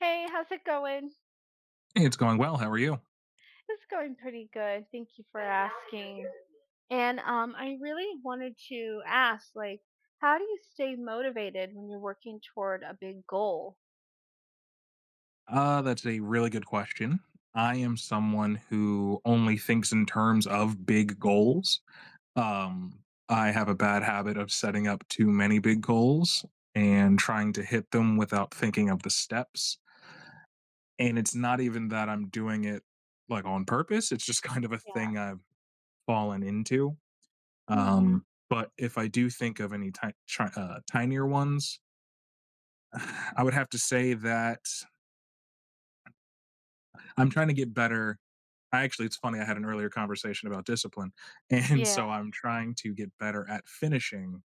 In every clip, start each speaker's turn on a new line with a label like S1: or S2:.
S1: Hey, how's it going?
S2: Hey, it's going well. How are you?
S1: It's going pretty good. Thank you for asking. And I really wanted to ask, how do you stay motivated when you're working toward a big goal?
S2: That's a really good question. I am someone who only thinks in terms of big goals. Um, I have a bad habit of setting up too many big goals and trying to hit them without thinking of the steps. And it's not even that I'm doing it like on purpose, it's just kind of a
S1: Yeah.
S2: thing I've fallen into.
S1: Hmm.
S2: Um, but if I do think of any tinier ones, I would have to say that I'm trying to get better. I actually it's funny, I had an earlier conversation about discipline, and
S1: Yeah.
S2: so I'm trying to get better at finishing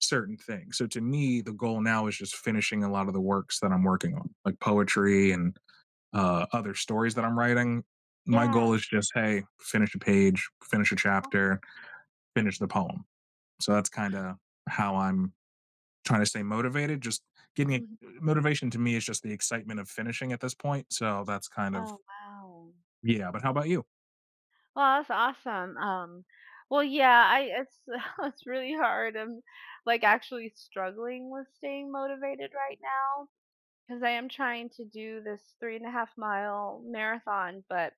S2: certain things. So to me, the goal now is just finishing a lot of the works that I'm working on, like poetry and, other stories that I'm writing. My
S1: Yeah.
S2: goal is just, "Hey, finish a page, finish a
S1: Well,
S2: chapter, finish the poem." So that's kinda how I'm trying to stay motivated, just getting it
S1: mhm.
S2: motivation to me is just the excitement of finishing at this point, so that's kind of
S1: Oh, wow.
S2: yeah, but how about you?
S1: Well, that's awesome. Yeah, I it's it's really hard. I'm actually struggling with staying motivated right now because I am trying to do this 3.5 mile marathon, but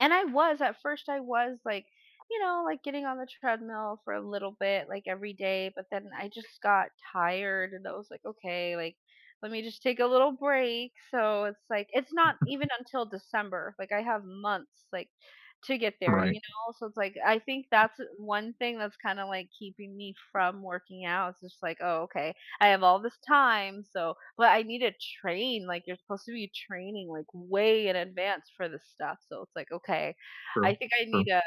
S1: and I was at first I was like, you know, like getting on the treadmill for a little bit like every day, but then I just got tired and I was like, okay, like let me just take a little break. So it's like it's not even until December. Like I have months like to get there, you
S2: Right.
S1: know? So it's like I think that's one thing that's kind of like keeping me from working out. It's just like, oh, okay. I have all this time, so but I need to train, like, you're supposed to be training, like, way in advance for this stuff, so it's like, okay, I
S2: True.
S1: think I need
S2: True.
S1: a.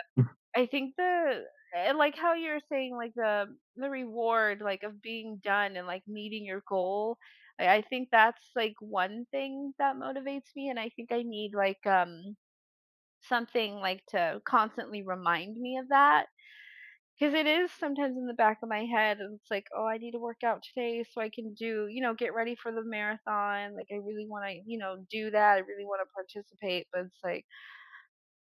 S1: I think the and like how you're saying, like, the reward, like, of being done and, like, meeting your goal, I think that's, like, one thing that motivates me, and I think I need, something, like, to constantly remind me of that, 'cause it is sometimes in the back of my head, and it's like, "Oh, I need to work out today so I can do get ready for the marathon, like, I really wanna, do that, I really wanna participate," but it's like,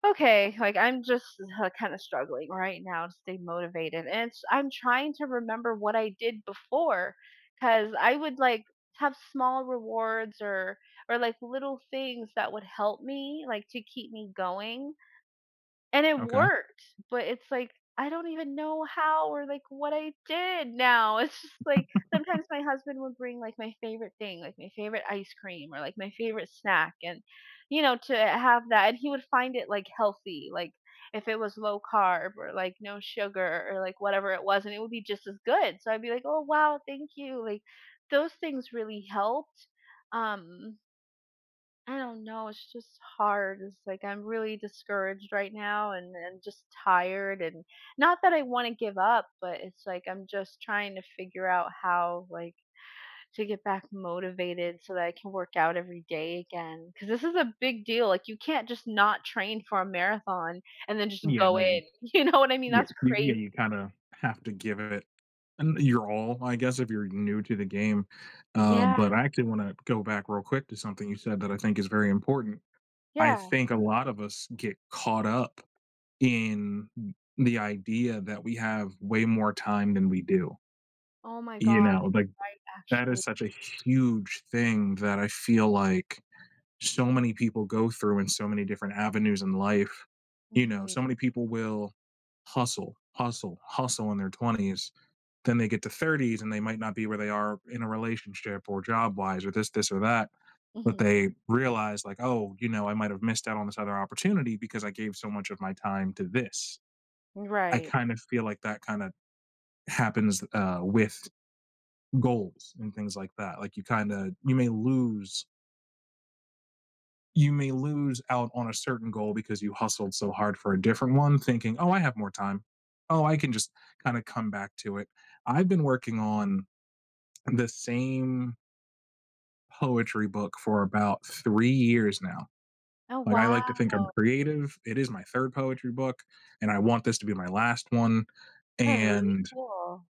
S1: "Okay," I'm just, kinda struggling right now to stay motivated, and it's I'm trying to remember what I did before, cause I would, like, have small rewards or, like, little things that would help me, like, to keep me going, and it
S2: Okay.
S1: worked, but it's like, I don't even know how or, like, what I did now. It's just, like, sometimes my husband would bring, like, my favorite thing, like, my favorite ice cream or, like, my favorite snack and, you know, to have that and he would find it, like, healthy, like, if it was low carb or, like, no sugar or, like, whatever it was, and it would be just as good. So I'd be like, "Oh, wow, thank you." Like, those things really helped. Um, I don't know, it's just hard. It's like I'm really discouraged right now and just tired and not that I want to give up, but it's like I'm just trying to figure out how like to get back motivated so that I can work out every day again. Cause this is a big deal. Like you can't just not train for a marathon and then just
S2: Yeah,
S1: go
S2: no,
S1: in.
S2: you
S1: You know what I mean?
S2: yeah,
S1: That's
S2: you yeah,
S1: crazy.
S2: you kinda have to give it and your all, I guess, if you're new to the game, uh,
S1: Yeah.
S2: but I actually wanna go back real quick to something you said that I think is very important. I
S1: Yeah.
S2: think a lot of us get caught up in the idea that we have way more time than we do,
S1: Oh my
S2: you
S1: gosh,
S2: know? Like,
S1: you're right,
S2: that
S1: actually.
S2: is such a huge thing that I feel like so many people go through in so many different avenues in life. You know,
S1: Mhm.
S2: so many people will hustle, hustle, hustle in their 20s. Then they get to 30s and they might not be where they are in a relationship or job wise or this, or that. But
S1: Mhm.
S2: they realize, like, oh, you know, I might have missed out on this other opportunity because I gave so much of my time to this. I
S1: Right.
S2: kind of feel like that kind of happens with goals and things like that. Like, you kind of, you may lose out on a certain goal because you hustled so hard for a different one, thinking, oh, I have more time. Oh, I can just kind of come back to it. I've been working on the same poetry book for about 3 years now.
S1: Oh
S2: Like, I
S1: wow.
S2: like to think I'm creative. It is my third poetry book, and I want this to be my last one.
S1: That's really
S2: And
S1: cool.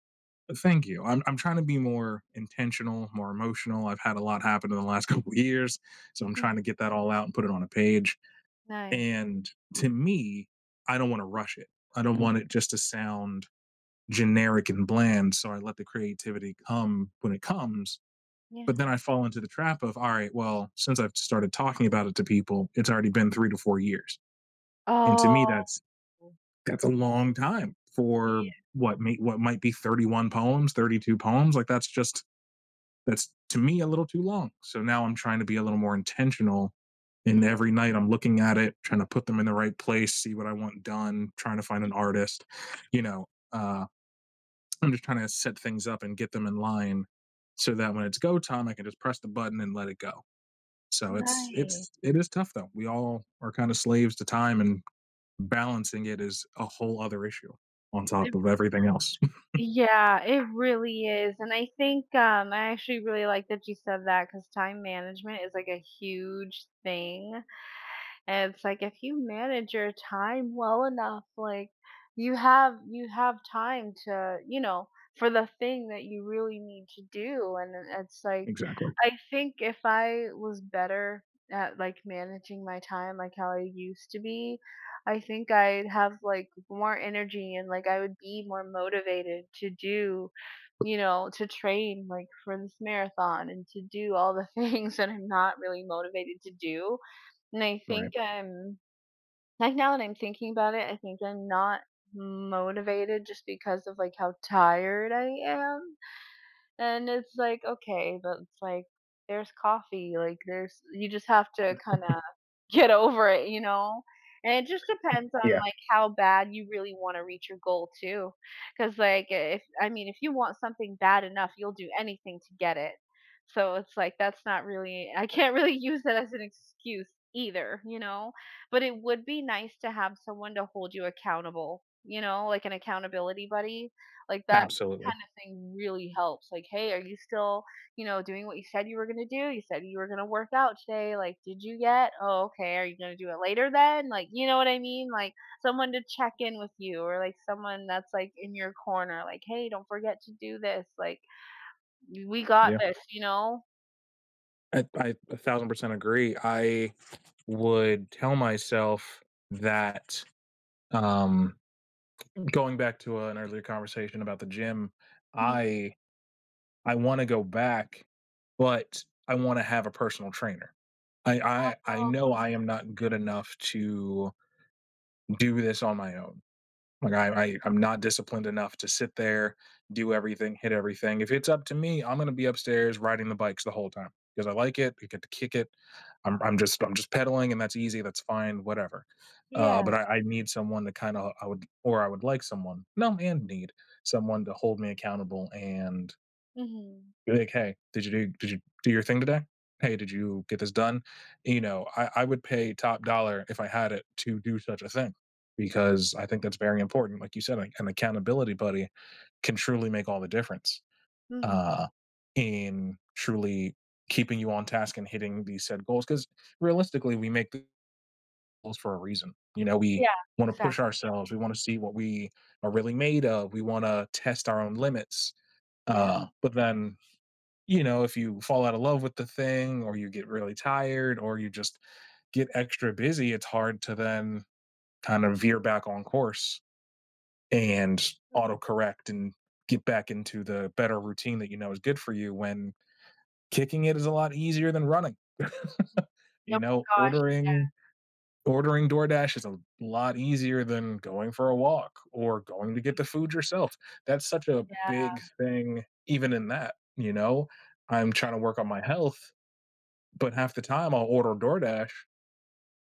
S2: thank you. I'm trying to be more intentional, more emotional. I've had a lot happen in the last couple of years. So I'm trying
S1: Mhm.
S2: to get that all out and put it on a page.
S1: Nice,
S2: And to me, I don't want to rush it. I don't want it just to sound generic and bland. So I let the creativity come when it comes. But then
S1: yeah.
S2: I fall into the trap of, all right, well, since I've started talking about it to people, it's already been 3 to 4 years. And to me,
S1: Oh,
S2: that's a long time for
S1: yeah.
S2: what may, what might be 31 poems, 32 poems. Like that's to me a little too long. So now I'm trying to be a little more intentional. And
S1: Mhm.
S2: every night I'm looking at it, trying to put them in the right place, see what I want done, trying to find an artist. You know, uh, I'm just trying to set things up and get them in line so that when it's go time, I can just press the button and let it go. So it's
S1: Nice.
S2: it's it is tough though. We all are kind of slaves to time, and balancing it is a whole other issue on
S1: It
S2: top of everything else.
S1: yeah, it really is, and I think, I actually really like that you said that because time management is, like, a huge thing, and it's like if you manage your time well enough, like, you have time to, you know, for the thing that you really need to do, and it's like
S2: Exactly.
S1: I think if I was better at like managing my time like how I used to be, I think I'd have like more energy and like I would be more motivated to do, you know, to train like for this marathon and to do all the things that I'm not really motivated to do. And I
S2: Right.
S1: think I'm like now that I'm thinking about it, I think I'm not motivated just because of like how tired I am and it's like, okay, but it's like, there's coffee, there's you just have to kinda get over it, you know? And it just depends on,
S2: Yeah.
S1: like, how bad you really wanna reach your goal too, because like, if I mean, if you want something bad enough, you'll do anything to get it. So it's like, that's not really I can't really use that as an excuse either, you know? But it would be nice to have someone to hold you accountable, you know, like an accountability buddy. Like, that
S2: Absolutely.
S1: kind of thing really helps. Like, hey, are you still, you know, doing what you said you were going to do? You said you were going to work out today. Like, did you get? Oh, okay. Are you going to do it later then? Like, you know what I mean? Like, someone to check in with you or like someone that's like in your corner. Like, hey, don't forget to do this. Like, we got
S2: Yeah.
S1: this, you know?
S2: I 1000% agree. I would tell myself that, um, going back to an earlier conversation about the gym,
S1: Mhm.
S2: I I wanna go back, but I wanna have a personal trainer. I
S1: Oh,
S2: know I
S1: yeah.
S2: am not good enough to do this on my own. Like, I'm not disciplined enough to sit there, do everything, hit everything. If it's up to me, I'm gonna be upstairs riding the bikes the whole time because I like it, I get to kick it. I'm just pedaling and that's easy, that's fine, whatever. Uh,
S1: Yeah.
S2: but I need someone to kind of I would or I would like someone no and need someone to hold me accountable and
S1: Mhm.
S2: be like, hey, did you do your thing today? Hey, did you get this done? You know, I would pay top dollar if I had it to do such a thing because I think that's very important. Like you said, like, an accountability buddy can truly make all the difference
S1: Mhm.
S2: uh, in truly keeping you on task and hitting these said goals. Because realistically, we make the goals for a reason. You know, we
S1: Yeah.
S2: want to push
S1: Exactly.
S2: ourselves. We want to see what we are really made of. We want to test our own limits.
S1: Yeah.
S2: But then, you know, if you fall out of love with the thing, or you get really tired, or you just get extra busy, it's hard to then kind of veer back on course and
S1: Mhm.
S2: autocorrect and get back into the better routine that you know is good for you when kicking it is a lot easier than running.
S1: Oh my
S2: You know,
S1: gosh.
S2: ordering DoorDash is a lot easier than going for a walk or going to get the food yourself. That's such a big
S1: Yeah.
S2: thing even in that, you know. I'm trying to work on my health, but half the time I'll order DoorDash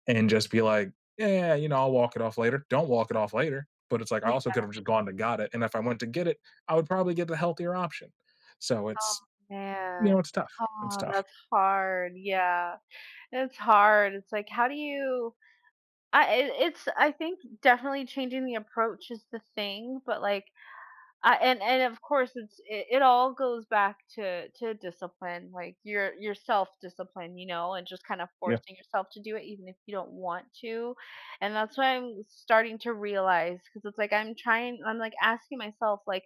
S2: and just be like, "Yeah, yeah, yeah, you know, I'll walk it off later." Don't walk it off later. But it's like I
S1: Yeah.
S2: also could have just gone to got it, and if I went to get it, I would probably get the healthier option. So
S1: Oh,
S2: it's
S1: man.
S2: you know, it's tough. It's
S1: Oh,
S2: tough.
S1: that's hard. Yeah. It's hard. It's like, how do you I it, it's I think definitely changing the approach is the thing, but like and of course it all goes back to discipline like your self discipline, you know, and just kind of
S2: Yeah.
S1: forcing yourself to do it even if you don't want to. And that's what I'm starting to realize because it's like I'm like asking myself like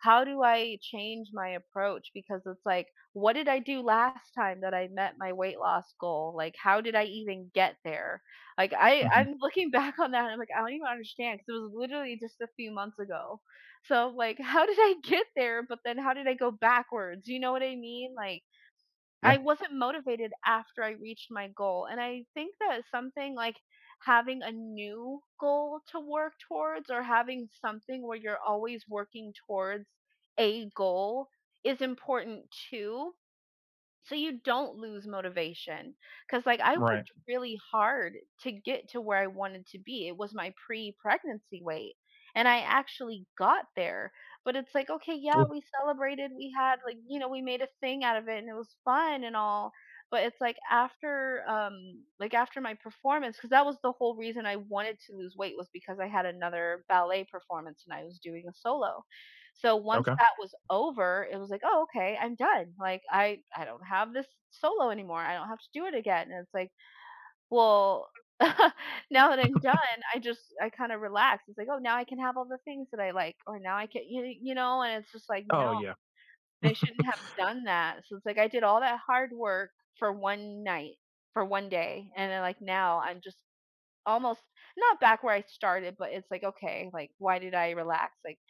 S1: how do I change my approach because it's like what did I do last time that I met my weight loss goal, like how did I even get there? Like i
S2: Mhm.
S1: i'm looking back on that and I'm like I don't even understand because it was literally just a few months ago. So I'm like, how did I get there? But then how did I go backwards? You know what I mean? Like, I
S2: Yeah.
S1: wasn't motivated after I reached my goal. And I think that something like having a new goal to work towards or having something where you're always working towards a goal is important too. So you don't lose motivation, because like, I
S2: Right.
S1: worked really hard to get to where I wanted to be. It was my pre-pregnancy weight, and I actually got there, but it's like, okay, yeah,
S2: Mm.
S1: we celebrated, we had, like, you know, we made a thing out of it, and it was fun and all, but it's like after my performance, because that was the whole reason I wanted to lose weight was because I had another ballet performance and I was doing a solo. So once
S2: Okay.
S1: that was over, it was like, "Oh, okay, I'm done. Like I don't have this solo anymore. I don't have to do it again." And it's like, "Well, now that I'm done, I just I kind of relax. It's like, "Oh, now I can have all the things that I like or now I can you know, and it's just like,
S2: Oh
S1: "No,
S2: yeah.
S1: I shouldn't have done that." So it's like I did all that hard work for one night, for one day, and then like now I'm just almost not back where I started, but it's like, "Okay, like why did I relax? Like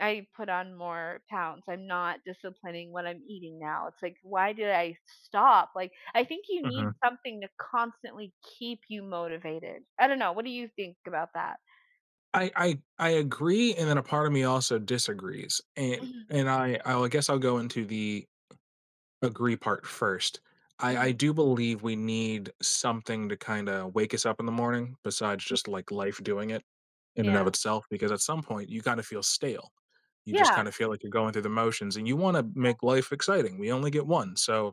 S1: I put on more pounds. I'm not disciplining what I'm eating now. It's like, why did I stop? Like, I think you need
S2: hmm
S1: something to constantly keep you motivated. I don't know. What do you think about that?
S2: I agree, and then a part of me also disagrees, and
S1: Mhm,
S2: I guess I'll go into the agree part first. I
S1: mhm.
S2: do believe we need something to kind of wake us up in the morning besides
S1: Yeah,
S2: just like life doing it in and
S1: yeah,
S2: of itself, because at some point you kind of feel stale. You just
S1: yeah,
S2: kind of feel like you're going through the motions, and you want to make life exciting. We only get one, so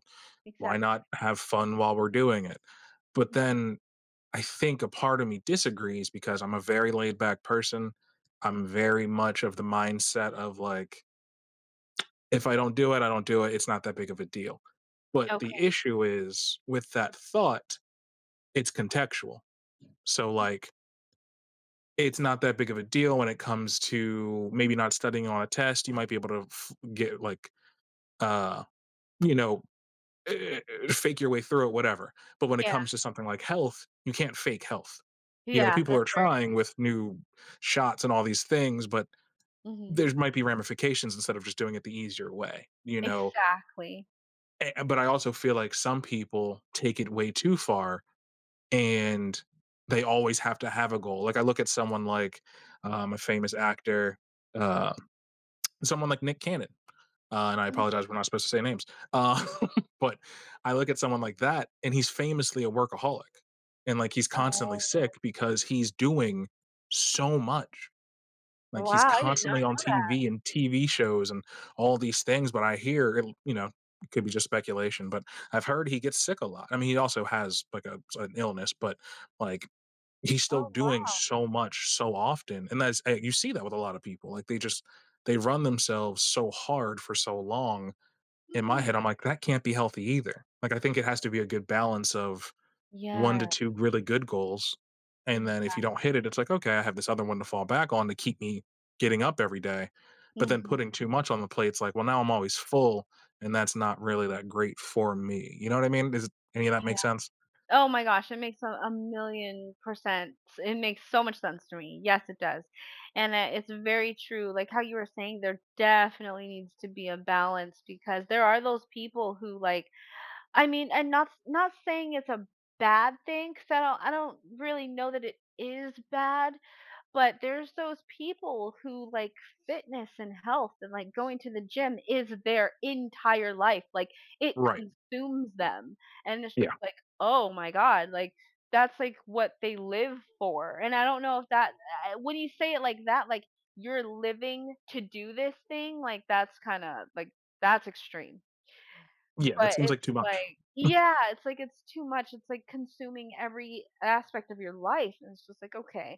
S2: why
S1: Exactly.
S2: not have fun while we're doing it? But
S1: Mhm.
S2: then I think a part of me disagrees because I'm a very laid back person. I'm very much of the mindset of like, if I don't do it, I don't do it. It's not that big of a deal. But the
S1: Okay.
S2: issue is with that thought, it's contextual. So, like, it's not that big of a deal when it comes to maybe not studying on a test. You might be able to get like, uh, you know, eh, eh, fake your way through it, whatever. But when it
S1: Yeah,
S2: comes to something like health, you can't fake health. You know,
S1: yeah,
S2: people
S1: that's
S2: are
S1: very
S2: trying with new shots and all these things, but
S1: hmm
S2: there might be ramifications instead of just doing it the easier way, you know.
S1: exactly.
S2: But I also feel like some people take it way too far and they always have to have a goal. Like I look at someone like a famous actor, uh, someone like Nick Cannon. And I
S1: Mhm.
S2: apologize, we're not supposed to say names. Uh, but I look at someone like that, and he's famously a workaholic, and like he's constantly
S1: Oh,
S2: sick because he's doing so much. Like he's
S1: wow! I did not
S2: constantly on TV and TV shows and all these things. But I hear, it, you know, it could be just speculation, but I've heard he gets sick a lot. I mean, he also has like a, an illness, but like he's
S1: know. Oh,
S2: still doing
S1: wow.
S2: so much so often, and that's eh, you see that with a lot of people. Like they run themselves so hard for so long. In my
S1: Mm.
S2: head, I'm like, "That can't be healthy either." Like, I think it has to be a good balance of 1 to
S1: Yeah.
S2: 2 really good goals, and then if you don't hit it, it's like, "Okay, I have this other one to fall back on to keep me getting up every day." But then
S1: Mhm.
S2: putting too much on the plate, it's like, "Well, now I'm always full, and that's not really that great for me." You know what I mean? Does any of that make sense?
S1: Oh my gosh, it makes a million percent it makes so much sense to me. Yes, it does. And, it's very true, like how you were saying, there definitely needs to be a balance because there are those people who, like I mean, and not saying it's a bad thing. Cause I don't really know that it is bad, but there's those people who like fitness and health and like going to the gym is their entire life. Like it
S2: Right.
S1: consumes them. And it's
S2: Yeah.
S1: like, oh my God, like that's like what they live for. And I don't know if when you say it like that, like you're living to do this thing, like that's kind of like, that's extreme.
S2: Yeah, that
S1: But
S2: seems like
S1: it's
S2: too much.
S1: like, yeah, it's like it's too much. It's like consuming every aspect of your life. And it's just like, okay,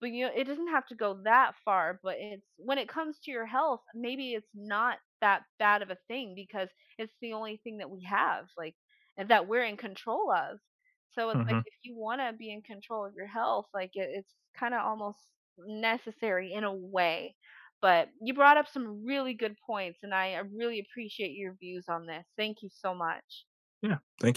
S1: but you know it doesn't have to go that far but it's when it comes to your health maybe it's not that bad of a thing because it's the only thing that we have like and that we're in control of. So it's like
S2: Mhm.
S1: if you want to be in control of your health it's kind of almost necessary in a way. But you brought up some really good points and I really appreciate your views on this. Thank you so much.
S2: Yeah. Thank you.